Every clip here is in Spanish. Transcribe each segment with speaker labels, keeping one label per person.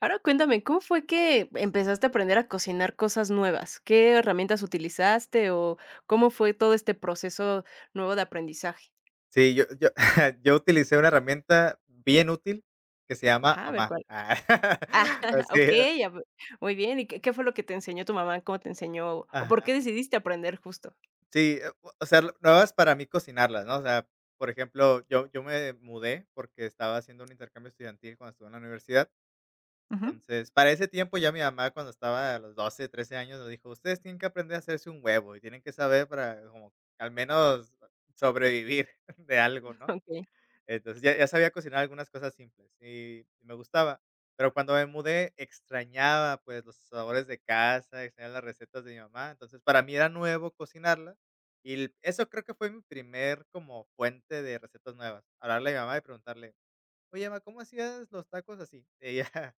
Speaker 1: Ahora cuéntame, ¿cómo fue que empezaste a aprender a cocinar cosas nuevas? ¿Qué herramientas utilizaste o cómo fue todo este proceso nuevo de aprendizaje?
Speaker 2: Sí, yo yo utilicé una herramienta bien útil que se llama
Speaker 1: Ajá, a ver
Speaker 2: Mamá.
Speaker 1: cuál.
Speaker 2: Ah,
Speaker 1: Ah,
Speaker 2: así.
Speaker 1: okey, a ve muy bien, ¿y qué fue lo que te enseñó tu mamá? ¿Cómo te enseñó o por qué
Speaker 2: Ajá.
Speaker 1: decidiste aprender justo?
Speaker 2: Sí, o sea, lo- nuevas para mí cocinarlas, ¿no? O sea, por ejemplo, yo me mudé porque estaba haciendo un intercambio estudiantil cuando estuve en la universidad.
Speaker 1: Ujú.
Speaker 2: Entonces, para ese tiempo ya mi mamá, cuando estaba a los 12, 13 años, nos dijo: "Ustedes tienen que aprender a hacerse un huevo y tienen que saber para como al menos sobrevivir de algo", ¿no?
Speaker 1: Okey,
Speaker 2: Entonces, ya sabía cocinar algunas cosas simples y me gustaba, pero cuando me mudé extrañaba, pues, los sabores de casa, extrañaba las recetas de mi mamá. Entonces, para mí era nuevo cocinarla y el eso creo que fue mi primer como fuente de recetas nuevas, hablarle a mi mamá y preguntarle: "Oye, mamá, ¿cómo hacías los tacos así?" Y ella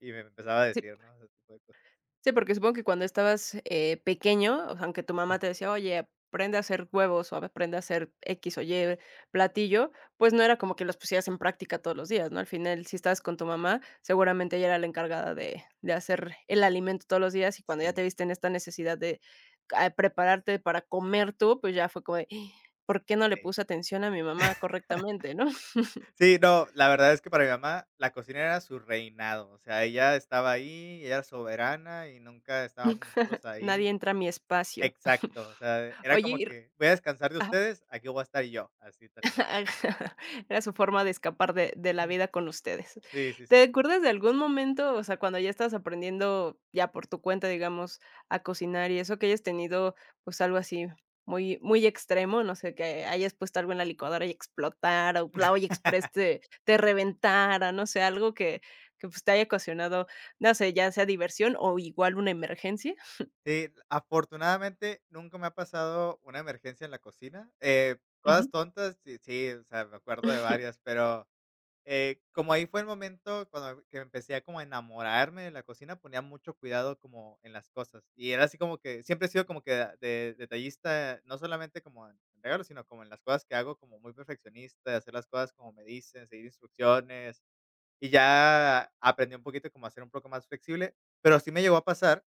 Speaker 2: y me empezaba a
Speaker 1: sí.
Speaker 2: decir, ¿no? Ese tipo de cosas.
Speaker 1: Sí, porque supongo que cuando estabas, pequeño, o sea, aunque tu mamá te decía: "Oye, aprende a hacer huevos, o aprende a hacer X o Y platillo", pues no era como que los pusieras en práctica todos los días, ¿no? Al final, si estabas con tu mamá, seguramente ella era la encargada de hacer el alimento todos los días, y cuando ya te
Speaker 2: Sí,
Speaker 1: viste en esta necesidad de ca prepararte para comer tú, pues ya fue como de: "Ih, ¿Por qué no le
Speaker 2: ey.
Speaker 1: puse atención a mi mamá correctamente, no?"
Speaker 2: Sí, no, la verdad es que para mi mamá la cocina era su reinado, o sea, ella estaba ahí, ella era soberana y nunca estábamos nosotros
Speaker 1: Nadie
Speaker 2: ahí.
Speaker 1: entra a mi espacio".
Speaker 2: Exacto, o sea, era
Speaker 1: Oye,
Speaker 2: como
Speaker 1: y
Speaker 2: que: "Voy a descansar de ustedes, aquí voy a estar yo", así tal cual.
Speaker 1: Era su forma de escapar de la
Speaker 2: Mm,
Speaker 1: vida con ustedes.
Speaker 2: sí, sí, sí.
Speaker 1: ¿Te acuerdas de algún momento, o sea, cuando ya estabas aprendiendo ya por tu cuenta, digamos, a cocinar y eso, que hayas tenido, pues, algo así muy muy extremo? No sé, que hayas puesto algo en la licuadora y explotara, o la olla exprés te reventara, no sé, algo que, pues, te haya ocasionado, no sé, ya sea diversión o igual una emergencia.
Speaker 2: Sí, afortunadamente, nunca me ha pasado una emergencia en la cocina, cosas
Speaker 1: Ujú.
Speaker 2: tontas, sí, sí, o sea, me acuerdo de varias, pero como ahí fue el momento cuando que empecé a como a enamorarme de la cocina, ponía mucho cuidado como en las cosas. Y era así como que siempre he sido como que de- detallista, no solamente como en regalos, sino como en las cosas que hago, como muy perfeccionista, de hacer las cosas como me dicen, seguir instrucciones. Y ya aprendí un poquito como a ser un poco más flexible, pero sí me llegó a pasar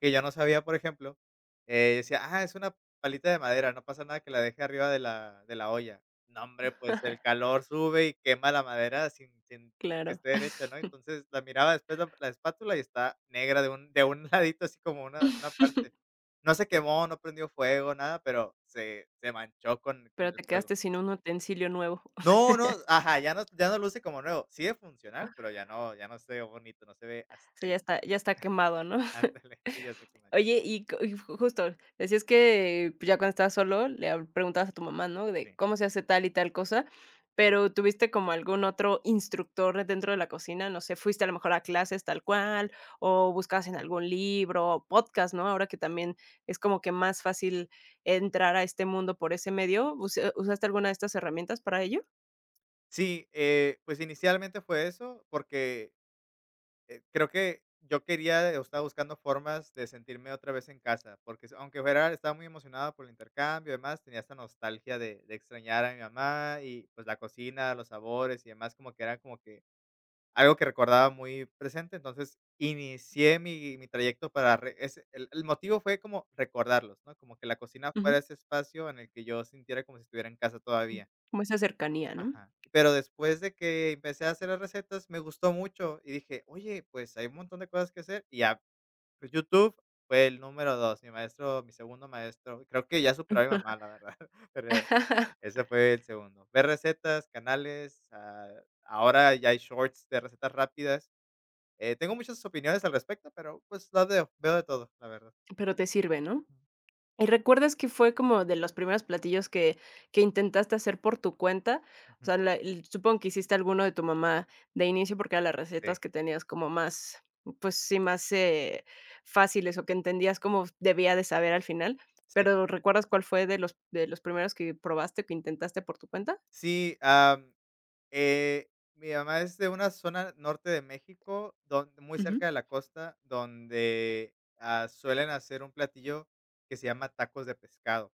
Speaker 2: que yo no sabía, por ejemplo, decía: "Ah, es una palita de madera, no pasa nada que la deje arriba de la olla". No, hombre, pues el calor sube y quema la madera sin que
Speaker 1: Claro.
Speaker 2: esté derecha, ¿no? Entonces, la miraba después la espátula y está negra de un ladito, así como una parte. No se quemó, no prendió fuego, nada, pero se manchó con
Speaker 1: Pero
Speaker 2: el
Speaker 1: te
Speaker 2: fuego.
Speaker 1: quedaste sin un utensilio nuevo.
Speaker 2: No, no, ajá, ya no luce como nuevo. Sigue funcional, pero ya no se ve bonito, no se ve
Speaker 1: Sí, ya
Speaker 2: aesthetic.
Speaker 1: está ya está quemado, ¿no?
Speaker 2: Ándale, sí, ya sé qué me
Speaker 1: Oye, y co y ju justo, decías que, pues, ya cuando estabas solo, le hab preguntabas a tu mamá, ¿no? De
Speaker 2: sí.
Speaker 1: cómo se hace tal y tal cosa, pero, ¿tuviste como algún otro instructor dentro de la cocina? No sé, fuiste a lo mejor a clases tal cual, o buscabas en algún libro, o podcast, ¿no? Ahora que también es como que más fácil entrar a este mundo por ese medio, ¿usaste alguna de estas herramientas para ello?
Speaker 2: Sí, pues inicialmente fue eso, porque, creo que yo quería o estaba buscando formas de sentirme otra vez en casa, porque s- aunque fuera estaba muy emocionado por el intercambio y demás, tenía esta nostalgia de extrañar a mi mamá y, pues, la cocina, los sabores y demás, como que era como que algo que recordaba muy presente. Entonces, inicié mi trayecto para re ese el motivo fue como recordarlos, ¿no? Como que la cocina
Speaker 1: Ujú.
Speaker 2: fuera ese espacio en el que yo sintiera como si estuviera en casa todavía.
Speaker 1: Como esa cercanía, ¿no?
Speaker 2: Ajá. Pero después de que empecé a hacer las recetas, me gustó mucho y dije: "Oye, pues hay un montón de cosas que hacer", y ya, pues, YouTube fue el número 2, mi maestro, mi segundo maestro, creo que ya superó a mi mamá, la verdad, pero ese fue el segundo. Ver recetas, canales, ah, ahora ya hay shorts de recetas rápidas, tengo muchas opiniones al respecto, pero, pues, las veo, veo de todo, la verdad.
Speaker 1: Pero te sirve, ¿no?
Speaker 2: Ujú.
Speaker 1: ¿Y recuerdas que fue como de los primeros platillos que intentaste hacer por tu cuenta? O
Speaker 2: Ujú.
Speaker 1: sea, la el supongo que hiciste alguno de tu mamá de inicio, porque eran las recetas
Speaker 2: Sí,
Speaker 1: que tenías como más, pues sí, más, fáciles o que entendías cómo debía de saber al final,
Speaker 2: sí.
Speaker 1: pero, ¿recuerdas cuál fue de los primeros que probaste, que intentaste por tu cuenta?
Speaker 2: Sí, am mi mamá es de una zona norte de México, don muy
Speaker 1: Ujú.
Speaker 2: cerca de la costa, donde, suelen hacer un platillo que se llama tacos de pescado.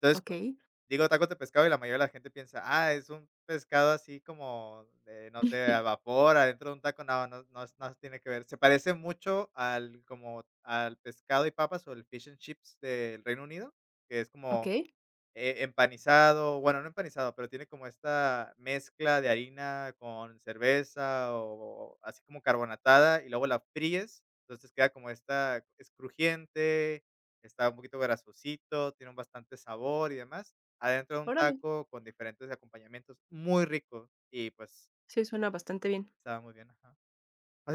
Speaker 2: Entonces, cua
Speaker 1: Okey.
Speaker 2: digo tacos de pescado y la mayoría de la gente piensa: "Ah, es un pescado así como de, no sé, al vapor, adentro de un taco". No, no es- no tiene que ver. Se parece mucho al como al pescado y papas, o el fish and chips del Reino Unido, que es como
Speaker 1: Okey,
Speaker 2: empanizado, bueno, no empanizado, pero tiene como esta mezcla de harina con cerveza o así como carbonatada y luego la fríes, entonces queda como esta es crujiente, está un poquito grasosito, tiene un bastante sabor y demás. Adentro de un
Speaker 1: órale.
Speaker 2: taco con diferentes acompañamientos, muy rico y, pues,
Speaker 1: Sí, suena bastante bien.
Speaker 2: estaba muy bien, ajá.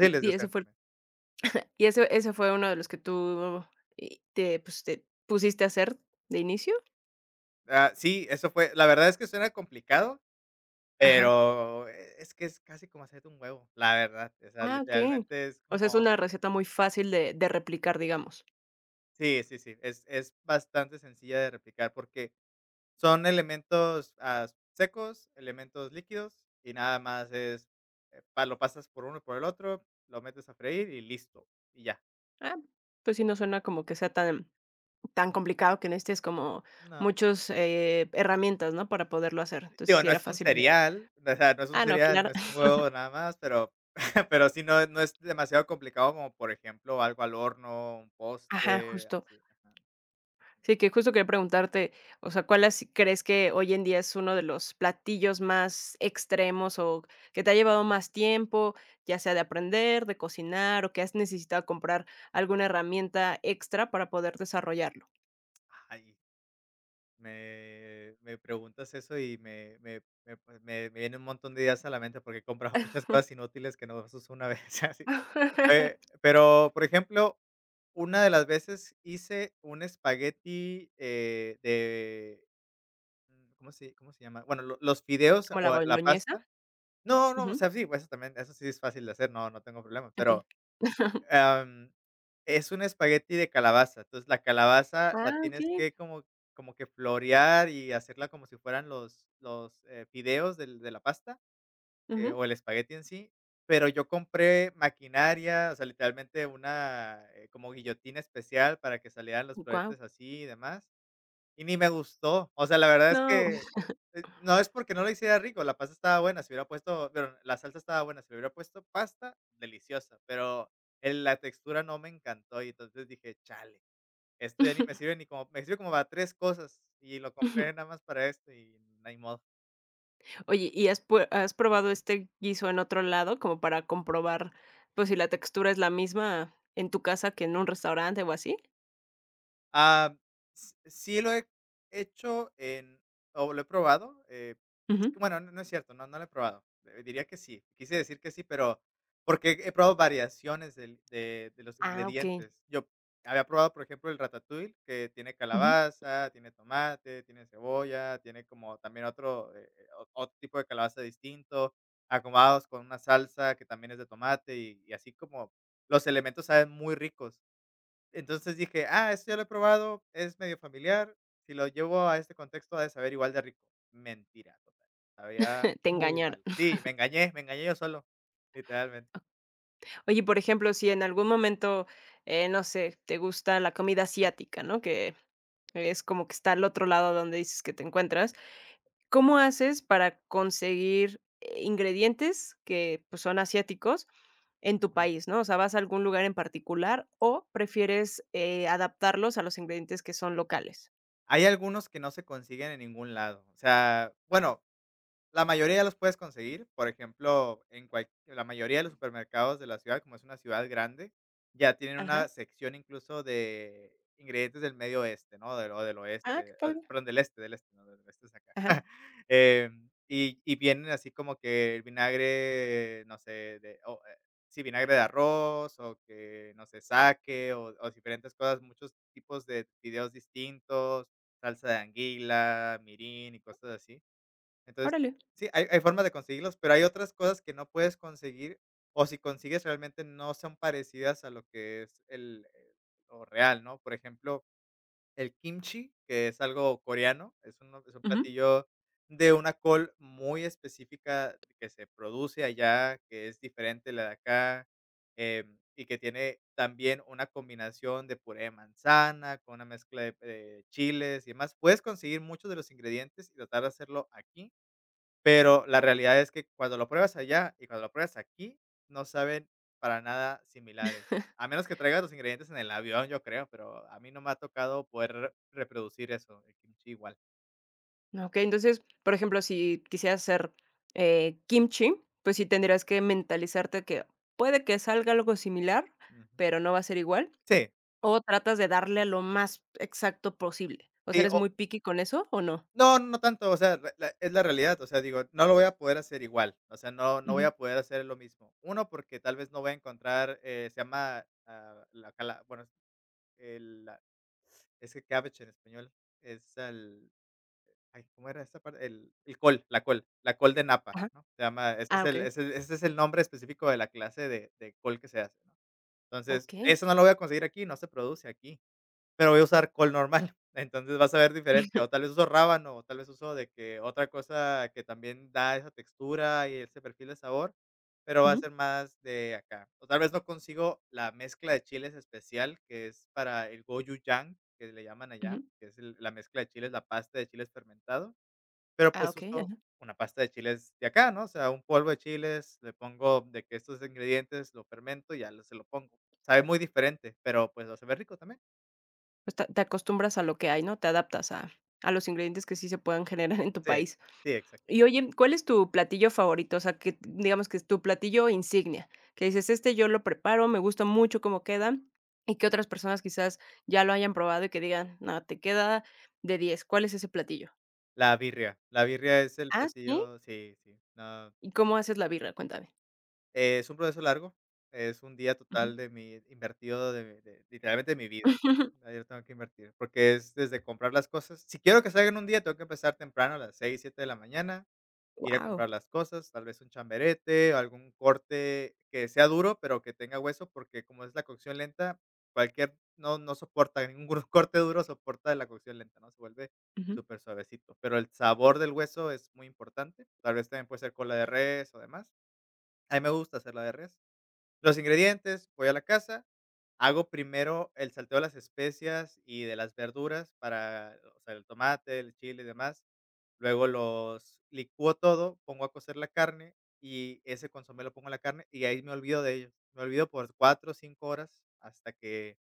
Speaker 2: de
Speaker 1: Y ese
Speaker 2: hacer
Speaker 1: fue el
Speaker 2: también.
Speaker 1: ¿Y eso ese fue uno de los que tú, te pusiste a hacer de inicio?
Speaker 2: Ah, sí, eso fue la verdad es que suena complicado,
Speaker 1: Ajá.
Speaker 2: pero e- es que es casi como hacer un huevo, la verdad, o sea,
Speaker 1: Ah, okey.
Speaker 2: literalmente es
Speaker 1: O sea, es
Speaker 2: como
Speaker 1: una receta muy fácil de replicar, digamos.
Speaker 2: sí, sí, sí, es bastante sencilla de replicar porque son elementos, secos, elementos líquidos y nada más es, pa lo pasas por uno y por el otro, lo metes a freír y listo, y ya.
Speaker 1: Ah, pues sí, no suena como que sea tan tan complicado que necesites como
Speaker 2: No.
Speaker 1: muchos, herramientas, ¿no?, para poderlo hacer. Entonces,
Speaker 2: Digo,
Speaker 1: sí
Speaker 2: no
Speaker 1: era
Speaker 2: es un
Speaker 1: fácil de
Speaker 2: cereal, o sea, no es un
Speaker 1: ah, no,
Speaker 2: cereal,
Speaker 1: claro.
Speaker 2: no es un huevo nada más, pero pero sí no es demasiado complicado como, por ejemplo, algo al horno, un
Speaker 1: Ajá,
Speaker 2: postre,
Speaker 1: justo.
Speaker 2: así, ajá.
Speaker 1: Sí, que justo quería preguntarte, o sea, ¿cuál crees que hoy en día es uno de los platillos más extremos o que te ha llevado más tiempo, ya sea de aprender, de cocinar o que has necesitado comprar alguna herramienta extra para poder desarrollarlo?
Speaker 2: Ay. Me preguntas eso y me pues, me viene un montón de ideas a la mente porque he comprado muchas cosas inútiles que nomás uso una vez, así. Pero, por ejemplo, una de las veces hice un espagueti, de, ¿cómo se llama? Bueno, lo los fideos
Speaker 1: ¿Como la
Speaker 2: o la
Speaker 1: boloñesa?
Speaker 2: pasta. No, no, o
Speaker 1: Ujú,
Speaker 2: sea, sí, pues, eso también, eso sí es fácil de hacer, no, no tengo problema,
Speaker 1: okey.
Speaker 2: pero Am, es un espagueti de calabaza, entonces, la calabaza la
Speaker 1: Ah,
Speaker 2: tienes
Speaker 1: okey.
Speaker 2: que como como que florear y hacerla como si fueran los, fideos del de la pasta,
Speaker 1: Ujú,
Speaker 2: o el espagueti en sí, pero yo compré maquinaria, o sea, literalmente una, como guillotina especial para que salieran los
Speaker 1: guau.
Speaker 2: floretes así y demás. Y ni me gustó. O sea, la verdad es
Speaker 1: No.
Speaker 2: que, no es porque no lo hiciera rico, la pasta estaba buena, si hubiera puesto pero la salsa estaba buena, si le hubiera puesto pasta, deliciosa, pero el la textura no me encantó, y entonces dije: "Chale, esto ya ni me sirve ni como me sirve como para 3 cosas, y lo compré nada más para esto y no hay modo".
Speaker 1: Oye, ¿y has pue has probado este guiso en otro lado como para comprobar, pues, si la textura es la misma en tu casa que en un restaurante o así?
Speaker 2: Ah, s sí lo he hecho en o lo he probado, es
Speaker 1: Ujú.
Speaker 2: que, bueno, no es cierto, no, no lo he probado, diría que sí, quise decir que sí, pero porque he probado variaciones del de los
Speaker 1: Ah, okey.
Speaker 2: ingredientes. Yo había probado, por ejemplo, el ratatouille, que tiene
Speaker 1: Ujú.
Speaker 2: calabaza, tiene tomate, tiene cebolla, tiene como también otro, o otro tipo de calabaza distinto, acomodados con una salsa que también es de tomate y así como los elementos saben muy ricos. Entonces dije: "Ah, esto ya lo he probado, es medio familiar, si lo llevo a este contexto ha de saber igual de rico". Mentira total, sabía
Speaker 1: Te
Speaker 2: muy
Speaker 1: engañaron.
Speaker 2: mal. Sí, me engañé yo solo, literalmente.
Speaker 1: Oye, por ejemplo, si en algún momento, no sé, te gusta la comida asiática, ¿no? Que es como que está al otro lado donde dices que te encuentras. ¿Cómo haces para conseguir, ingredientes que, pues, son asiáticos en tu
Speaker 2: Ujú.
Speaker 1: país, no? O sea, ¿vas a algún lugar en particular o prefieres, adaptarlos a los ingredientes que son locales?
Speaker 2: Hay algunos que no se consiguen en ningún lado, o sea, bueno, la mayoría los puedes conseguir, por ejemplo, en cual la mayoría de los supermercados de la ciudad, como es una ciudad grande, ya tienen
Speaker 1: Ajá.
Speaker 2: una sección incluso de ingredientes del medio oeste, ¿no? Del o del
Speaker 1: Ah, qué
Speaker 2: oeste, ah,
Speaker 1: padre.
Speaker 2: perdón, del este, no, del oeste es acá.
Speaker 1: Ajá.
Speaker 2: Y vienen así como que el vinagre, no sé, de o, sí, vinagre de arroz o que, no sé, saque o diferentes cosas, muchos tipos de fideos distintos, salsa de anguila, mirin y cosas así. Entonces,
Speaker 1: Órale.
Speaker 2: sí, hay formas de conseguirlos, pero hay otras cosas que no puedes conseguir, o si consigues, realmente no son parecidas a lo que es el lo real, ¿no? Por ejemplo, el kimchi, que es algo coreano, es un
Speaker 1: Ujú.
Speaker 2: platillo de una col muy específica que se produce allá, que es diferente a la de acá, y que tiene también una combinación de puré de manzana con una mezcla de, chiles y demás. Puedes conseguir muchos de los ingredientes y tratar de hacerlo aquí, pero la realidad es que cuando lo pruebas allá y cuando lo pruebas aquí, no saben para nada similares. A menos que traigas los ingredientes en el avión, yo creo, pero a mí no me ha tocado poder re reproducir eso, el kimchi igual.
Speaker 1: Okey, entonces, por ejemplo, si quisieras hacer, kimchi, pues sí tendrías que mentalizarte que puede que salga algo similar,
Speaker 2: Ujú.
Speaker 1: pero no va a ser igual,
Speaker 2: Sí,
Speaker 1: ¿o tratas de darle lo más exacto posible? O sea,
Speaker 2: sí,
Speaker 1: ¿eres
Speaker 2: o
Speaker 1: muy picky con eso o no?
Speaker 2: no, no tanto, o sea, re la es la realidad, o sea, digo, no lo voy a poder hacer igual, o sea, no voy
Speaker 1: Ujú.
Speaker 2: a poder hacer lo mismo. Uno porque tal vez no voy a encontrar, se llama, ah, la cala bueno, el la es que cabbage en español es el Ay, ¿cómo era esta parte? El col, la col, la col de napa,
Speaker 1: Ajá.
Speaker 2: ¿no? Se llama ese es
Speaker 1: Ah,
Speaker 2: el
Speaker 1: okey.
Speaker 2: ese es el nombre específico de la clase de col que se hace, ¿no? Entonces,
Speaker 1: Okey.
Speaker 2: eso no lo voy a conseguir aquí, no se produce aquí, pero voy a usar col normal, entonces vas a ver diferente, o tal vez uso rábano, o tal vez uso de que otra cosa que también da esa textura y ese perfil de sabor, pero va a
Speaker 1: Ujú,
Speaker 2: ser más de acá. O tal vez no consigo la mezcla de chiles especial, que es para el gochujang, que le llaman
Speaker 1: ujú.
Speaker 2: allá, que es el la mezcla de chiles, la pasta de chiles fermentado. Pero,
Speaker 1: Ah,
Speaker 2: pues,
Speaker 1: okey,
Speaker 2: uso
Speaker 1: ajá.
Speaker 2: una pasta de chiles de acá, ¿no? O sea, un polvo de chiles, le pongo de que estos ingredientes, lo fermento y ya lo se lo pongo. Sabe muy diferente, pero, pues, lo se ve rico también.
Speaker 1: Pues, te acostumbras a lo que hay, ¿no? Te adaptas a los ingredientes que sí se puedan generar en tu
Speaker 2: Sí,
Speaker 1: país.
Speaker 2: sí, exacto.
Speaker 1: Y oye, ¿cuál es tu platillo favorito? O sea, que digamos que es tu platillo insignia, que dices: "Este yo lo preparo, me gusta mucho cómo queda", y que otras personas quizás ya lo hayan probado y que digan: "No, te queda de 10. ¿Cuál es ese platillo?
Speaker 2: La birria. La birria es el
Speaker 1: ¿Ah, sí?
Speaker 2: platillo, sí, sí. No,
Speaker 1: ¿Y cómo haces la birra? Cuéntame.
Speaker 2: es un proceso largo, es un día total de mi invertido de literalmente de mi vida,
Speaker 1: Wow.
Speaker 2: ¿no? Yo tengo que invertir, porque es desde comprar las cosas. Si quiero que salga en un día, tengo que empezar temprano, a las 6 7 de la mañana. Ir a comprar las cosas, tal vez un chamberete, algún corte que sea duro, pero que tenga hueso, porque como es la cocción lenta, cualquier no soporta, ningún gru corte duro soporta la cocción lenta, ¿no? Se vuelve súper suavecito, pero el sabor del hueso es muy importante, tal vez también puede ser cola de res o demás. A mí me gusta hacer la de res. Los ingredientes, voy a la casa, hago primero el salteo de las especias y de las verduras para, o sea, el tomate, el chile y demás. Luego los licúo todo, pongo a cocer la carne y ese consomé lo pongo en la carne y ahí me olvido de ellos. Me olvido por 4 o 5 horas hasta que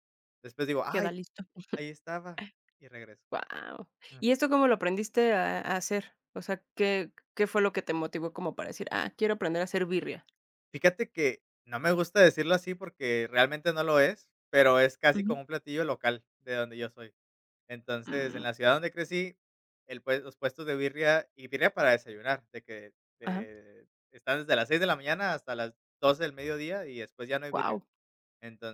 Speaker 2: después digo:
Speaker 1: Queda
Speaker 2: "Ay,
Speaker 1: listo.
Speaker 2: ahí estaba", y regreso.
Speaker 1: Wow.
Speaker 2: Mm.
Speaker 1: ¿Y esto cómo lo aprendiste a hacer? O sea, ¿qué fue lo que te motivó como para decir: "Ah, quiero aprender a hacer birria"?
Speaker 2: Fíjate que no me gusta decirlo así porque realmente no lo es, pero es casi
Speaker 1: Ujú.
Speaker 2: como un platillo local de donde yo soy. Entonces, en
Speaker 1: Mm,
Speaker 2: la ciudad donde crecí, el pues los puestos de birria y birria para desayunar, de que,
Speaker 1: ajá,
Speaker 2: están desde las 6 de la mañana hasta las 12 del mediodía y después ya no hay
Speaker 1: guau.
Speaker 2: birria.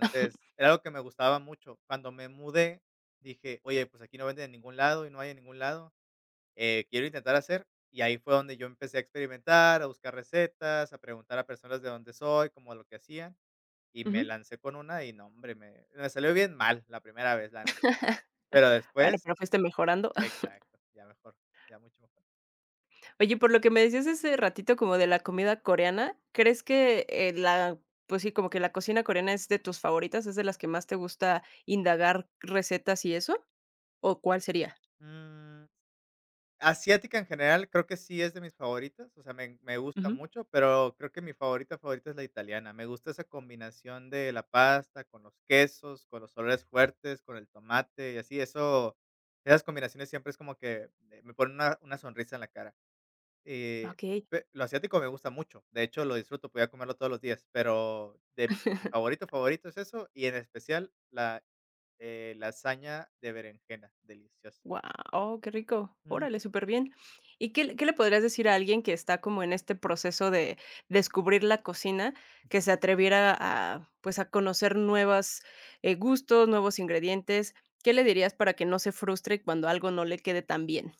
Speaker 2: era algo que me gustaba mucho. Cuando me mudé, dije: "Oye, pues aquí no venden en ningún lado y no hay en ningún lado, quiero intentar hacer". Y ahí fue donde yo empecé a experimentar, a buscar recetas, a preguntar a personas de dónde soy, como lo que hacían, y me lancé con una y no, hombre, me salió bien mal la primera vez, la neta. Pero
Speaker 1: Bueno,
Speaker 2: después
Speaker 1: pero fuiste mejorando.
Speaker 2: exacto, ya mejor, ya mucho mejor.
Speaker 1: Oye, por lo que me decías ese ratito como de la comida coreana, ¿crees que, la pues sí, como que la cocina coreana es de tus favoritas, es de las que más te gusta indagar recetas y eso? ¿O cuál sería?
Speaker 2: Mm, asiática en general creo que sí es de mis favoritas, o sea, me gusta
Speaker 1: Ujú.
Speaker 2: mucho, pero creo que mi favorita, favorita es la italiana. Me gusta esa combinación de la pasta con los quesos, con los olores fuertes, con el tomate y así, eso esas combinaciones siempre es como que me ponen una sonrisa en la cara. Eh,
Speaker 1: Okey.
Speaker 2: pe lo asiático me gusta mucho, de hecho, lo disfruto, podría comerlo todos los días, pero de mi favorito, favorito es eso, y en especial la lasaña de berenjena, delicioso.
Speaker 1: Guau, qué rico.
Speaker 2: Mm.
Speaker 1: Órale, súper bien. ¿Y qué le podrías decir a alguien que está como en este proceso de descubrir la cocina, que se atreviera a conocer nuevos gustos, nuevos ingredientes? ¿Qué le dirías para que no se frustre cuando algo no le quede tan bien?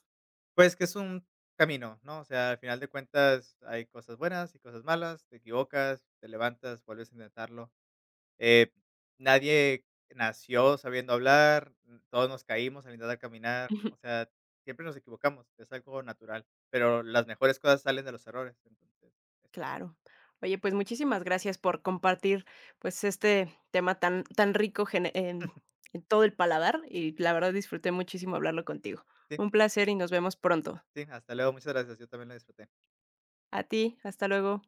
Speaker 2: Pues que es un camino, ¿no? O sea, al final de cuentas hay cosas buenas y cosas malas, te equivocas, te levantas, vuelves a intentarlo. Eh, nadie nació sabiendo hablar, todos nos caímos al intentar caminar,
Speaker 1: Ujú,
Speaker 2: o sea, siempre nos equivocamos, es algo natural, pero las mejores cosas salen de los errores. Entonces,
Speaker 1: claro. Oye, pues, muchísimas gracias por compartir, pues, este tema tan tan rico gene en todo el paladar, y la verdad disfruté muchísimo hablarlo contigo.
Speaker 2: sí,
Speaker 1: Un placer y nos vemos pronto.
Speaker 2: sí, hasta luego, muchas gracias, yo también lo disfruté.
Speaker 1: A ti, hasta luego.